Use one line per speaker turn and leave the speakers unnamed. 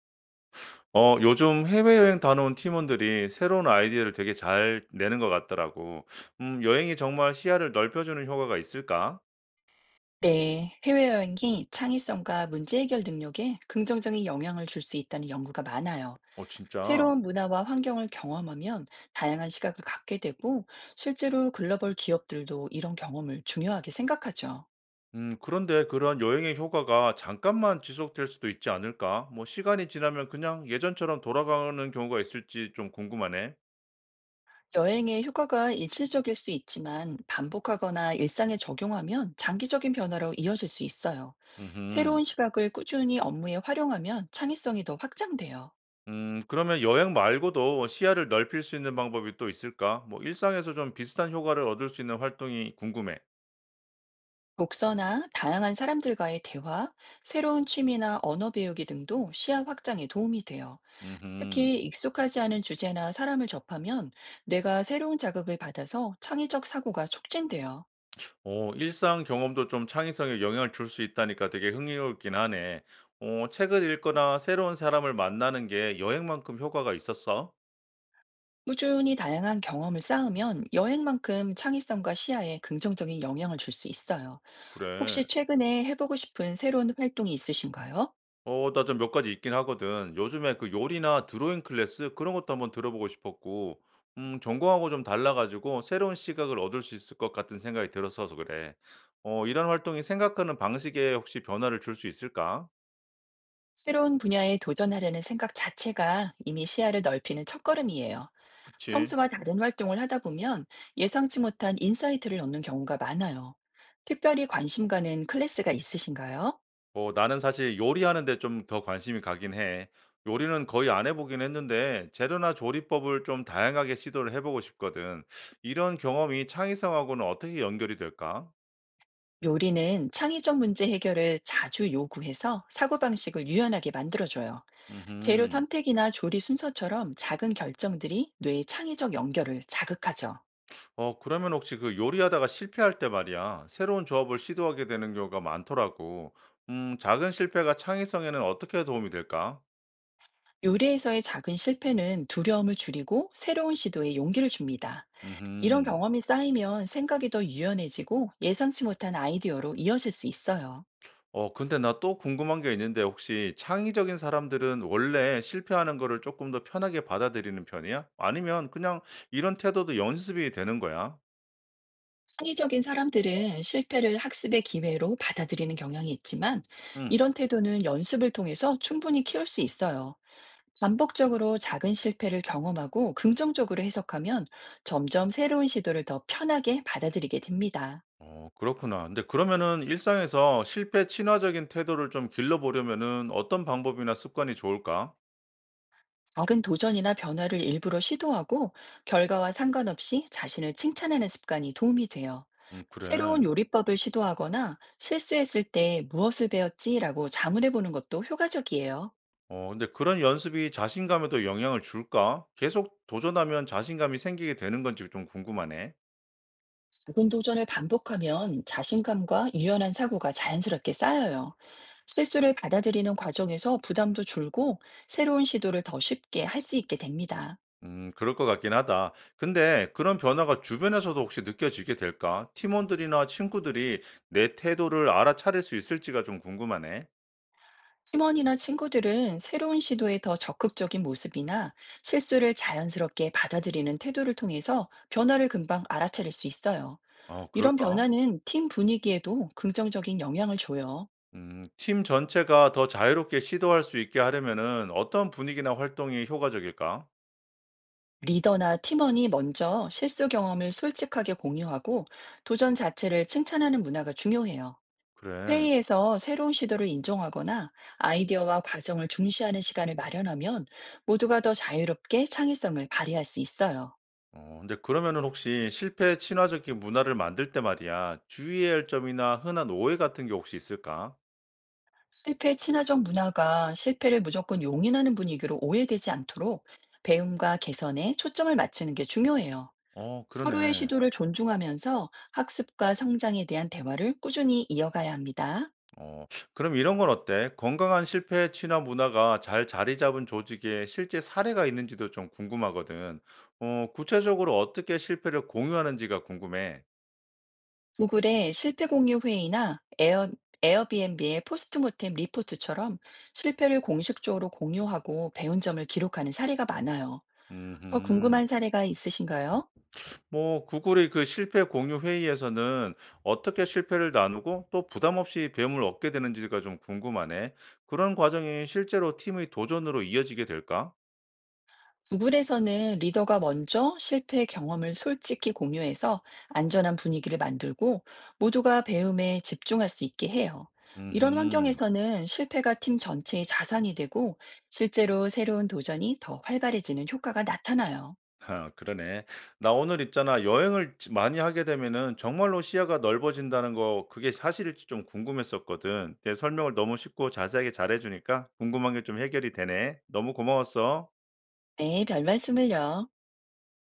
어 요즘 해외여행 다녀온 팀원들이 새로운 아이디어를 되게 잘 내는 것 같더라고. 여행이 정말 시야를 넓혀주는 효과가 있을까?
네, 해외여행이 창의성과 문제 해결 능력에 긍정적인 영향을 줄 수 있다는 연구가 많아요.
어, 진짜.
새로운 문화와 환경을 경험하면 다양한 시각을 갖게 되고, 실제로 글로벌 기업들도 이런 경험을 중요하게 생각하죠.
그런데 그런 여행의 효과가 잠깐만 지속될 수도 있지 않을까? 뭐, 시간이 지나면 그냥 예전처럼 돌아가는 경우가 있을지 좀 궁금하네.
여행의 효과가 일시적일 수 있지만, 반복하거나 일상에 적용하면 장기적인 변화로 이어질 수 있어요.
음흠.
새로운 시각을 꾸준히 업무에 활용하면 창의성이 더 확장돼요.
그러면 여행 말고도 시야를 넓힐 수 있는 방법이 또 있을까? 뭐, 일상에서 좀 비슷한 효과를 얻을 수 있는 활동이 궁금해.
독서나 다양한 사람들과의 대화, 새로운 취미나 언어 배우기 등도 시야 확장에 도움이 돼요.
음흠.
특히 익숙하지 않은 주제나 사람을 접하면 뇌가 새로운 자극을 받아서 창의적 사고가 촉진돼요.
어, 일상 경험도 좀 창의성에 영향을 줄 수 있다니까 되게 흥미롭긴 하네. 어, 책을 읽거나 새로운 사람을 만나는 게 여행만큼 효과가 있었어?
꾸준히 다양한 경험을 쌓으면 여행만큼 창의성과 시야에 긍정적인 영향을 줄 수 있어요.
그래.
혹시 최근에 해보고 싶은 새로운 활동이 있으신가요?
어, 나 좀 몇 가지 있긴 하거든. 요즘에 그 요리나 드로잉 클래스 그런 것도 한번 들어보고 싶었고, 전공하고 좀 달라가지고 새로운 시각을 얻을 수 있을 것 같은 생각이 들어서 그래. 어, 이런 활동이 생각하는 방식에 혹시 변화를 줄 수 있을까?
새로운 분야에 도전하려는 생각 자체가 이미 시야를 넓히는 첫걸음이에요.
그치.
평소와 다른 활동을 하다 보면 예상치 못한 인사이트를 얻는 경우가 많아요. 특별히 관심 가는 클래스가 있으신가요?
어 나는 사실 요리하는 데 좀 더 관심이 가긴 해. 요리는 거의 안 해 보긴 했는데 재료나 조리법을 좀 다양하게 시도를 해 보고 싶거든. 이런 경험이 창의성하고는 어떻게 연결이 될까?
요리는 창의적 문제 해결을 자주 요구해서 사고방식을 유연하게 만들어줘요. 재료
음흠.
선택이나 조리 순서처럼 작은 결정들이 뇌의 창의적 연결을 자극하죠.
어 그러면 혹시 그 요리하다가 실패할 때 말이야. 새로운 조합을 시도하게 되는 경우가 많더라고. 작은 실패가 창의성에는 어떻게 도움이 될까?
요리에서의 작은 실패는 두려움을 줄이고 새로운 시도에 용기를 줍니다. 이런
음흠.
경험이 쌓이면 생각이 더 유연해지고 예상치 못한 아이디어로 이어질 수 있어요.
어 근데 나 또 궁금한 게 있는데 혹시 창의적인 사람들은 원래 실패하는 거를 조금 더 편하게 받아들이는 편이야? 아니면 그냥 이런 태도도 연습이 되는 거야?
창의적인 사람들은 실패를 학습의 기회로 받아들이는 경향이 있지만,
음.
이런 태도는 연습을 통해서 충분히 키울 수 있어요. 반복적으로 작은 실패를 경험하고 긍정적으로 해석하면 점점 새로운 시도를 더 편하게 받아들이게 됩니다.
어 그렇구나. 근데 그러면은 일상에서 실패 친화적인 태도를 좀 길러 보려면은 어떤 방법이나 습관이 좋을까?
작은 도전이나 변화를 일부러 시도하고, 결과와 상관없이 자신을 칭찬하는 습관이 도움이 돼요.
그래.
새로운 요리법을 시도하거나 실수했을 때 무엇을 배웠지라고 자문해 보는 것도 효과적이에요.
어 근데 그런 연습이 자신감에도 영향을 줄까? 계속 도전하면 자신감이 생기게 되는 건지 좀 궁금하네.
작은 도전을 반복하면 자신감과 유연한 사고가 자연스럽게 쌓여요. 실수를 받아들이는 과정에서 부담도 줄고, 새로운 시도를 더 쉽게 할 수 있게 됩니다.
그럴 것 같긴 하다. 근데 그런 변화가 주변에서도 혹시 느껴지게 될까? 팀원들이나 친구들이 내 태도를 알아차릴 수 있을지가 좀 궁금하네.
팀원이나 친구들은 새로운 시도에 더 적극적인 모습이나 실수를 자연스럽게 받아들이는 태도를 통해서 변화를 금방 알아차릴 수 있어요.
어,
이런
그럴까?
변화는 팀 분위기에도 긍정적인 영향을 줘요.
팀 전체가 더 자유롭게 시도할 수 있게 하려면은 어떤 분위기나 활동이 효과적일까?
리더나 팀원이 먼저 실수 경험을 솔직하게 공유하고, 도전 자체를 칭찬하는 문화가 중요해요.
그래.
회의에서 새로운 시도를 인정하거나 아이디어와 과정을 중시하는 시간을 마련하면 모두가 더 자유롭게 창의성을 발휘할 수 있어요.
어, 근데 그러면은 혹시 실패 친화적인 문화를 만들 때 말이야, 주의해야 할 점이나 흔한 오해 같은 게 혹시 있을까?
실패 친화적 문화가 실패를 무조건 용인하는 분위기로 오해되지 않도록 배움과 개선에 초점을 맞추는 게 중요해요.
어,
서로의
그러네.
시도를 존중하면서 학습과 성장에 대한 대화를 꾸준히 이어가야 합니다.
어, 그럼 이런 건 어때? 건강한 실패 취나 문화가 잘 자리 잡은 조직에 실제 사례가 있는지도 좀 궁금하거든. 어, 구체적으로 어떻게 실패를 공유하는지가 궁금해.
구글의 실패 공유 회의나 에어비앤비의 포스트 모템 리포트처럼 실패를 공식적으로 공유하고 배운 점을 기록하는 사례가 많아요. 더
음,
궁금한 사례가 있으신가요?
뭐, 구글의 그 실패 공유 회의에서는 어떻게 실패를 나누고 또 부담 없이 배움을 얻게 되는지가 좀 궁금하네. 그런 과정이 실제로 팀의 도전으로 이어지게 될까?
구글에서는 리더가 먼저 실패 경험을 솔직히 공유해서 안전한 분위기를 만들고, 모두가 배움에 집중할 수 있게 해요. 이런
음
환경에서는 실패가 팀 전체의 자산이 되고, 실제로 새로운 도전이 더 활발해지는 효과가 나타나요.
아, 그러네. 나 오늘 있잖아. 많이 하게 되면은 정말로 시야가 넓어진다는 거 그게 사실일지 좀 궁금했었거든. 내 설명을 너무 쉽고 자세하게 잘해주니까 궁금한 게 좀 해결이 되네. 너무 고마웠어.
네, 별 말씀을요.